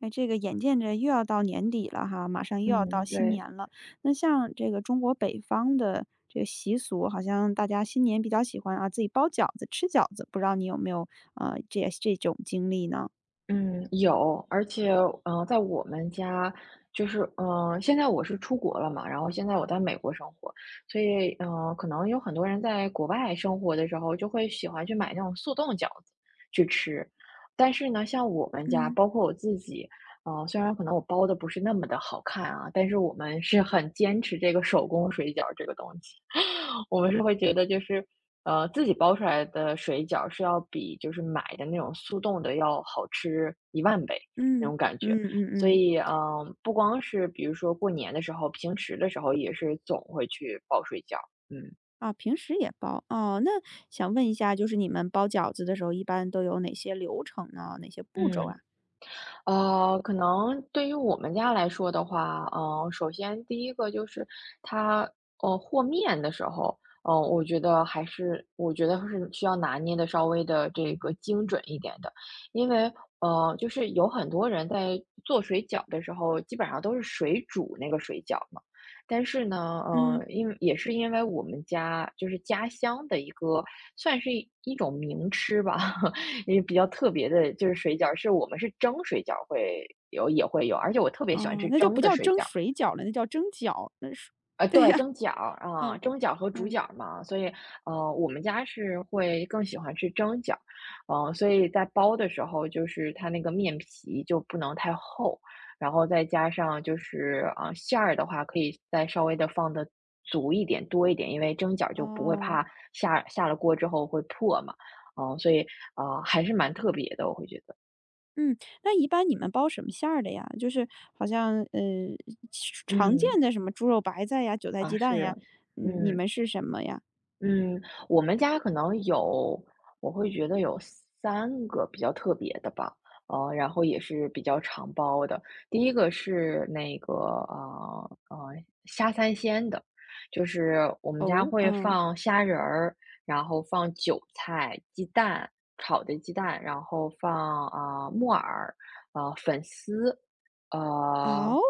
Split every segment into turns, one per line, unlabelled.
哎，这个眼见着又要到年底了哈，马上又要到
嗯，
新
对，
年了。那像这个中国北方的这个习俗，好像大家新年比较喜欢啊，自己包饺子、吃饺子。不知道你有没有这种经历呢？
嗯，有，而且，在我们家，就是，现在我是出国了嘛，然后现在我在美国生活，所以，可能有很多人在国外生活的时候，就会喜欢去买那种速冻饺子去吃。但是呢，像我们家，
嗯
包括我自己，虽然可能我包的不是那么的好看啊，但是我们是很坚持这个手工水饺这个东西。我们是会觉得就是。自己包出来的水饺是要比就是买的那种速冻的要好吃1万倍那
嗯。
种感觉。
嗯嗯
所
嗯，
以，不光是比如说过年的时候，平时的时候也是总会去包水饺。嗯。
啊，平时也包哦。那想问一下，就是你们包饺子的时候，一般都有哪些流程呢？哪些步骤
嗯。
啊？
可能对于我们家来说的话，首先第一个就是它，和面的时候，我觉得还是我觉得是需要拿捏的稍微的这个精准一点的。因为就是有很多人在做水饺的时候，基本上都是水煮那个水饺嘛。但是呢，
嗯。
因为也是因为我们家就是家乡的一个，算是一种名吃吧。因为比较特别的就是水饺，我们是蒸水饺会有也会有，而且我特别喜欢
哦，
吃
那就不
蒸的
叫
水
蒸
饺。
水饺了，那叫蒸饺，那是 对
对，
呀，
蒸饺啊，
嗯
蒸饺和煮
嗯，
饺嘛，所以我们家是会更喜欢吃蒸饺。所以在包的时候，就是它那个面皮就不能太厚，然后再加上就是啊、馅儿的话，可以再稍微的放的足一点、多一点，因为蒸饺就不会
哦。
怕下了锅之后会破嘛。所以啊、还是蛮特别的，我会觉得。
嗯，那一般你们包什么馅儿的呀？就是好像其常见
嗯，
的什么猪肉白菜呀、韭菜
啊，
鸡蛋
是，
呀，嗯，你
嗯
们是什么呀？
嗯，我们家可能有，我会觉得有三个比较特别的吧。然后也是比较常包的。第一个是那个虾三鲜的，就是我们家
哦，
会
嗯，
放虾仁儿，然后放韭菜、鸡蛋，炒的鸡蛋，然后放啊、木耳，啊粉丝。呃，
哦，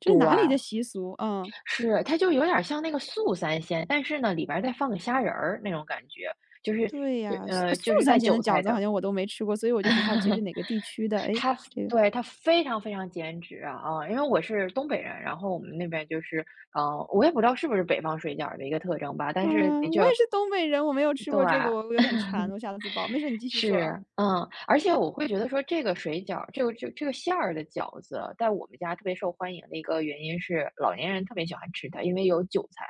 这
对，
是哪里的习俗？嗯，
是，它就有点儿像那个素三鲜，但是呢，里边儿再放个虾仁儿那种感觉。就是
对呀，素素
就是
三
带
鲜的
韭
饺
菜
子好
的。
像我都没吃过，所以我就很好奇是 哪个地区的。哎，
它
这个，
对，它非常非常减脂啊啊，因为我是东北人。然后我们那边就是，嗯，我也不知道是不是北方水饺的一个特征吧，但是的
嗯，
确，
我也是东北人，我没有吃过
对。
这个，我有点馋，我下次包。没事，你继续说啊。
是，嗯，而且我会觉得说这个水饺，这个馅儿的饺子，在我们家特别受欢迎的一个原因是，老年人特别喜欢吃它，因为有韭菜，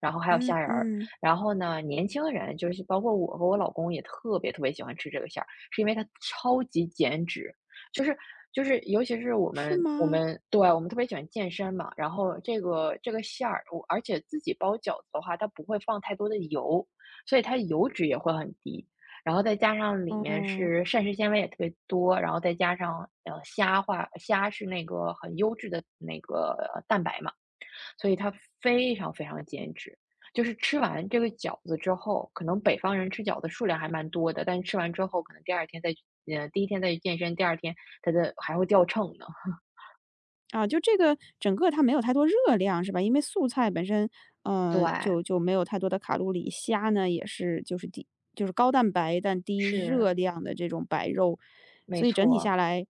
然后还有
嗯
虾仁儿。
嗯，
然后呢，年轻人就是包括我和我老公也特别特别喜欢吃这个馅儿，是因为它超级减脂。就是尤其是我
是
们我
吗？
们对我们特别喜欢健身嘛。然后这个馅儿，我而且自己包饺子的话，它不会放太多的油。所以它油脂也会很低，然后再加上里面
哦。
是膳食纤维也特别多，然后再加上虾话，虾是那个很优质的那个蛋白嘛，所以它非常非常减脂。就是吃完这个饺子之后，可能北方人吃饺子数量还蛮多的，但是吃完之后，可能第二天再去，第一天再去健身，第二天它的还会掉秤呢。
啊，就这个整个它没有太多热量是吧？因为素菜本身，
对，
呃，就就没有太多的卡路里，虾呢也是就是低就是高蛋白但低热
是
量的这种白肉，
没
所以整体下
错。
来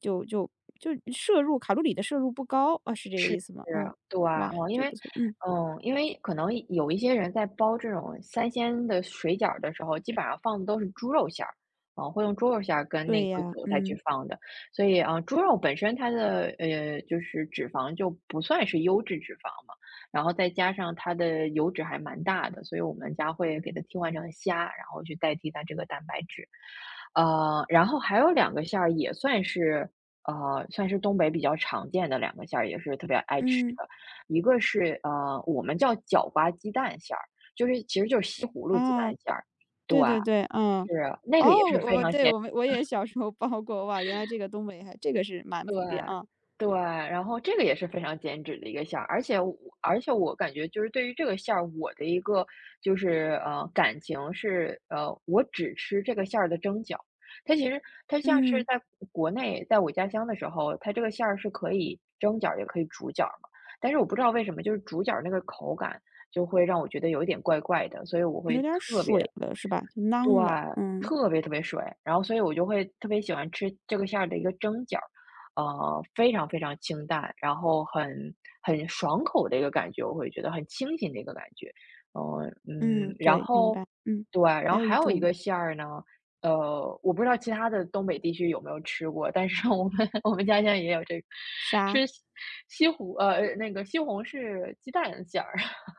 就就就摄入卡路里的摄入不高啊，是这个
是
意思吗？嗯，
对，
哇，
因
这
为
不错，嗯，
因为可能有一些人在包这种三鲜的水饺儿的时候，基本上放的都是猪肉馅儿。啊，会用猪肉馅儿跟那
对
个
呀，
韭菜去
嗯
放的，所以啊，猪肉本身它的就是脂肪就不算是优质脂肪嘛。然后再加上它的油脂还蛮大的，所以我们家会给它替换成虾，然后去代替它这个蛋白质。然后还有两个馅儿也算是呃，算是东北比较常见的两个馅儿，也是特别爱吃
嗯，
的。一个是，我们叫角瓜鸡蛋馅儿，就是其实就是西葫芦鸡蛋
啊，
馅儿。对，
对对对，嗯。
是，那个也
哦，
是非
我
常
对我们我也小时候包过哇，原来这个东北还这个是蛮
对，
普遍啊，
对，然后这个也是非常减脂的一个馅儿。而且我感觉就是对于这个馅儿，我的一个就是感情是我只吃这个馅儿的蒸饺。它其实它像是
嗯。
在国内，在我家乡的时候，它这个馅儿是可以蒸饺也可以煮饺嘛，但是我不知道为什么就是煮饺那个口感就会让我觉得有一点怪怪的。所以我
有
会
点儿
特别
水了是吧？就
对，
囊了，嗯，
特别特别水，然后所以我就会特别喜欢吃这个馅儿的一个蒸饺儿非常非常清淡，然后很爽口的一个感觉，我会觉得很清新的一个感觉。呃，
嗯，
然
对，明
后
白，嗯。
对，然
还
后
有一
还有一
种
个馅儿呢，我不知道其他的东北地区有没有吃过，但是 我们家乡也有这个，
啥？
是西西湖呃那个西红柿鸡蛋馅儿。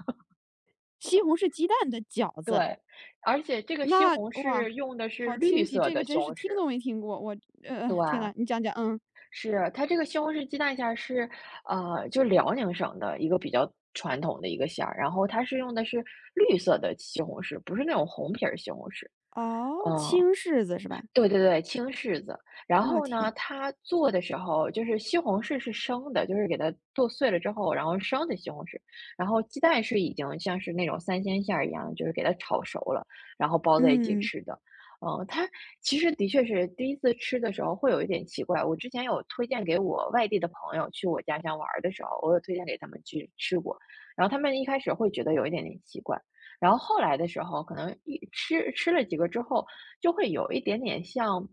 西红柿鸡蛋的饺子，
对，而且这个西
那
红
哇，
柿用的是
好
绿
清奇，
色
这个
的西
真
红
是听
柿，
都没听过，我
对
天
啊，
呐，你讲讲，嗯。
是，它这个西红柿鸡蛋馅儿是，就辽宁省的一个比较传统的一个馅儿，然后它是用的是绿色的西红柿，不是那种红皮儿西红柿。
哦，
嗯，
青柿子是吧？
对对对，青柿子。然
我
后
天，
呢，它做的时候就是西红柿是生的，就是给它剁碎了之后，然后生的西红柿。然后鸡蛋是已经像是那种三鲜馅儿一样，就是给它炒熟了，然后包在一起
嗯。
吃的。嗯，它其实的确是第一次吃的时候会有一点奇怪。我之前有推荐给我外地的朋友去我家乡玩儿的时候，我有推荐给他们去吃过，然后他们一开始会觉得有一点点奇怪。然后后来的时候，可能吃了几个之后，就会有一点点像，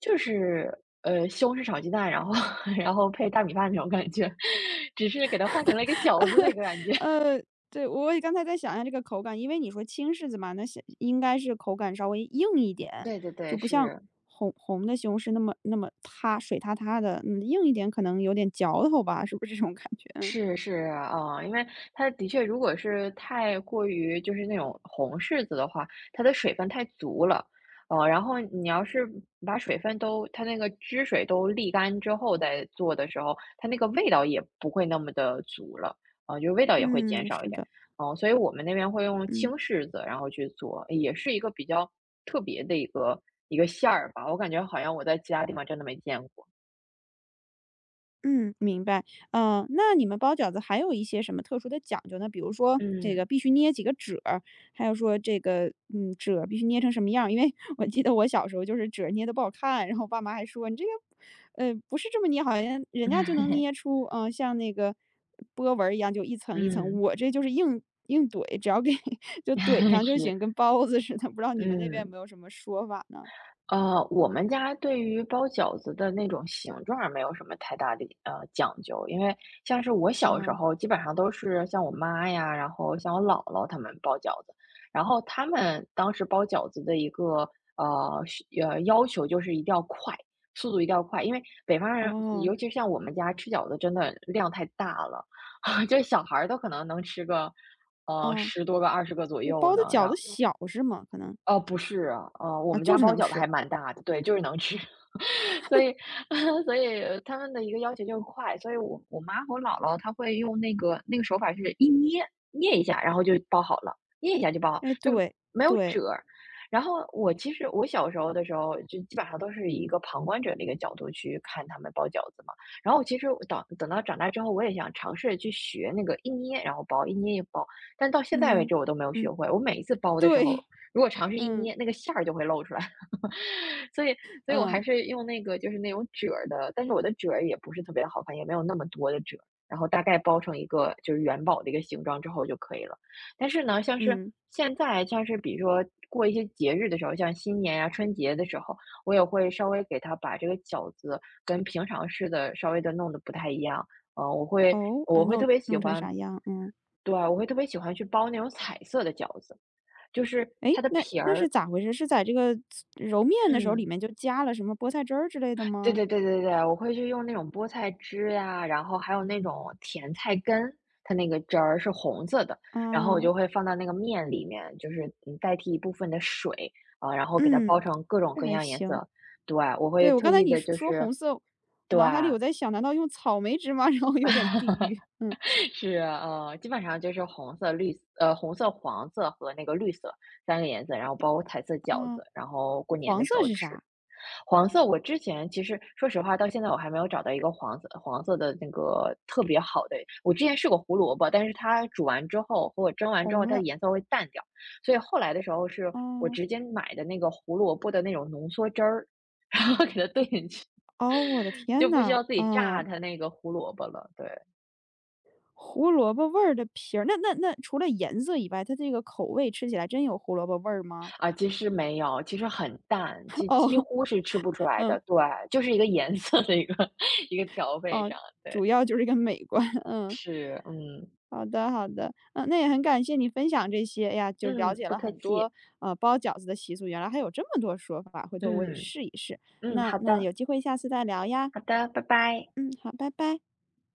就是西红柿炒鸡蛋，然后 然后配大米饭那种感觉，只是给它换成了一个饺子的一个感觉。
呃，对，我也刚才在想一下这个口感，因为你说青柿子嘛，那是应该是口感稍微硬一 点，
对对
就
对，
不像
是
红红的西红柿那么那么塌水塌塌的，嗯，硬一点可能有点嚼头吧，是不是这种感觉？
是是，啊，因为它的确如果是太过于就是那种红柿子的话，它的水分太足了。然后你要是把水分都它那个汁水都沥干之后再做的时候，它那个味道也不会那么的足了，啊，就味道也会减
嗯，
少
是
一点。
的，
所以我们那边会用青
嗯。
柿子，然后去做，也是一个比较特别的一个馅儿吧，我感觉好像我在其他地方真的没见过。
嗯，明白。嗯，那你们包饺子还有一些什么特殊的讲究呢？比如说这个
嗯
必须捏几个褶儿，还有说这个褶儿必须捏成什么样儿？因为 我记得我小时候就是褶儿捏的不好看，然后我爸妈还说你这个不是这么捏，好像人家就能捏出像那个波纹儿一样，就一层一层。
嗯，
我这就是硬硬怼，只要给 就怼 上就行，
是，
跟包子似的。不知道你们那边有
嗯。
没有什么说法呢？
我们家对于包饺子的那种形状儿没有什么太大的讲究，因为像是我小时
嗯，
候，基本上都是像我妈呀，然后像我姥姥他们包饺子，然后他们当时包饺子的一个要求就是一定要快，速度一定要快。因为北方人，
哦
尤其像我们家吃饺子真的量太大了，就小孩儿都可能能吃个
哦，
10多个、20个左
那
右
包的
呢，
饺子
让。
小是吗？可能。
哦，不是啊，哦，我
啊，
们
就
家
是
包
能
饺子
吃。
还蛮大的，对，就是能吃，所以 所以他们的一个要求就是快。所以我妈和我姥姥她会用那个手法是一捏捏一下，然后就包好了，捏一下就包好，
哎，
就
对，
没有
对，
褶儿。然后其实我小时候的时候，就基本上都是以一个旁观者的一个角度去看他们包饺子嘛。然后其实我等到长大之后，我也想尝试去学那个一捏然后包，一捏一包，但到现在为
嗯，
止我都没有学
嗯，
会。我每一次 包的时
对，
候，如果尝试一
嗯，
捏，那个馅儿就会露出来。所以，我还
嗯，
是用那个就是那种褶儿的，但是我的褶儿也不是特别好看，也没有那么多的褶儿然后大概包成一个就是元宝的一个形状之后就可以了。但是呢，像是
嗯，
现在像是比如说过一些节日的时候，像新年呀、春节的时候，我也会稍微给它把这个饺子跟平常似的稍微的弄得不太一样。嗯、呃我会
哦，
我
嗯，
会
弄
特别喜
弄成
欢，
啥样，嗯。
对啊，我会特别喜欢去包那种彩色的饺子，就是
哎，
它的
那
皮
那是
儿
咋回事？是在这个揉面的时候里
嗯，
面就加了什么菠菜汁儿之类的
对
吗？
对对对对，我会去用那种菠菜汁呀，然后还有那种甜菜根，它那个汁儿是红色的，然后我
啊，
就会放到那个面里面，就是代替一部分的水啊，然后给它包
嗯，
成各种
这
各
还
样颜
行。
色。对，我会
对，我
特
刚才
意
你
的，
说
就
说
是
红色，我
对，
脑海里我在想，难道用草莓汁吗？然后有点地狱，嗯，
是，基本上就是红色、绿色红色、黄色和那个绿色三个颜色，然后包括彩色饺
啊，
子，然后过年
黄
的
色
时候
是
吃。
啥？
黄色我之前其实说实话，到现在我还没有找到一个黄色的那个特别好的。我之前试过胡萝卜，但是它煮完之后和我蒸完之后，
红
它的
了，
颜色会淡掉，所以后来的时候是我
哦，
直接买的那个胡萝卜的那种浓缩汁儿，然后给它兑进去，
哦，我的 天
就不需
呐，
要自己榨
啊。
它那个胡萝卜了，对。
胡萝卜味儿的皮儿，那除了颜色以外，它这个口味吃起来真有胡萝卜味儿吗？
啊，其实没有，其实很淡，几
哦，
几乎是吃不出来
嗯，
的。对，就是一个颜色的一个 一个调配
哦，
上。对，
主要就是一个美观，嗯。
是，嗯
好的，好的，嗯，那也很感谢你分享这些，哎呀，就了
嗯，
解
不
了
客
很
气，
多，包饺子的习俗，原来还有这么多说法，回头我也
嗯
试一试，
嗯，
那
好
那
的
有机会下次再聊呀，
好的，拜拜。
嗯，好，拜拜。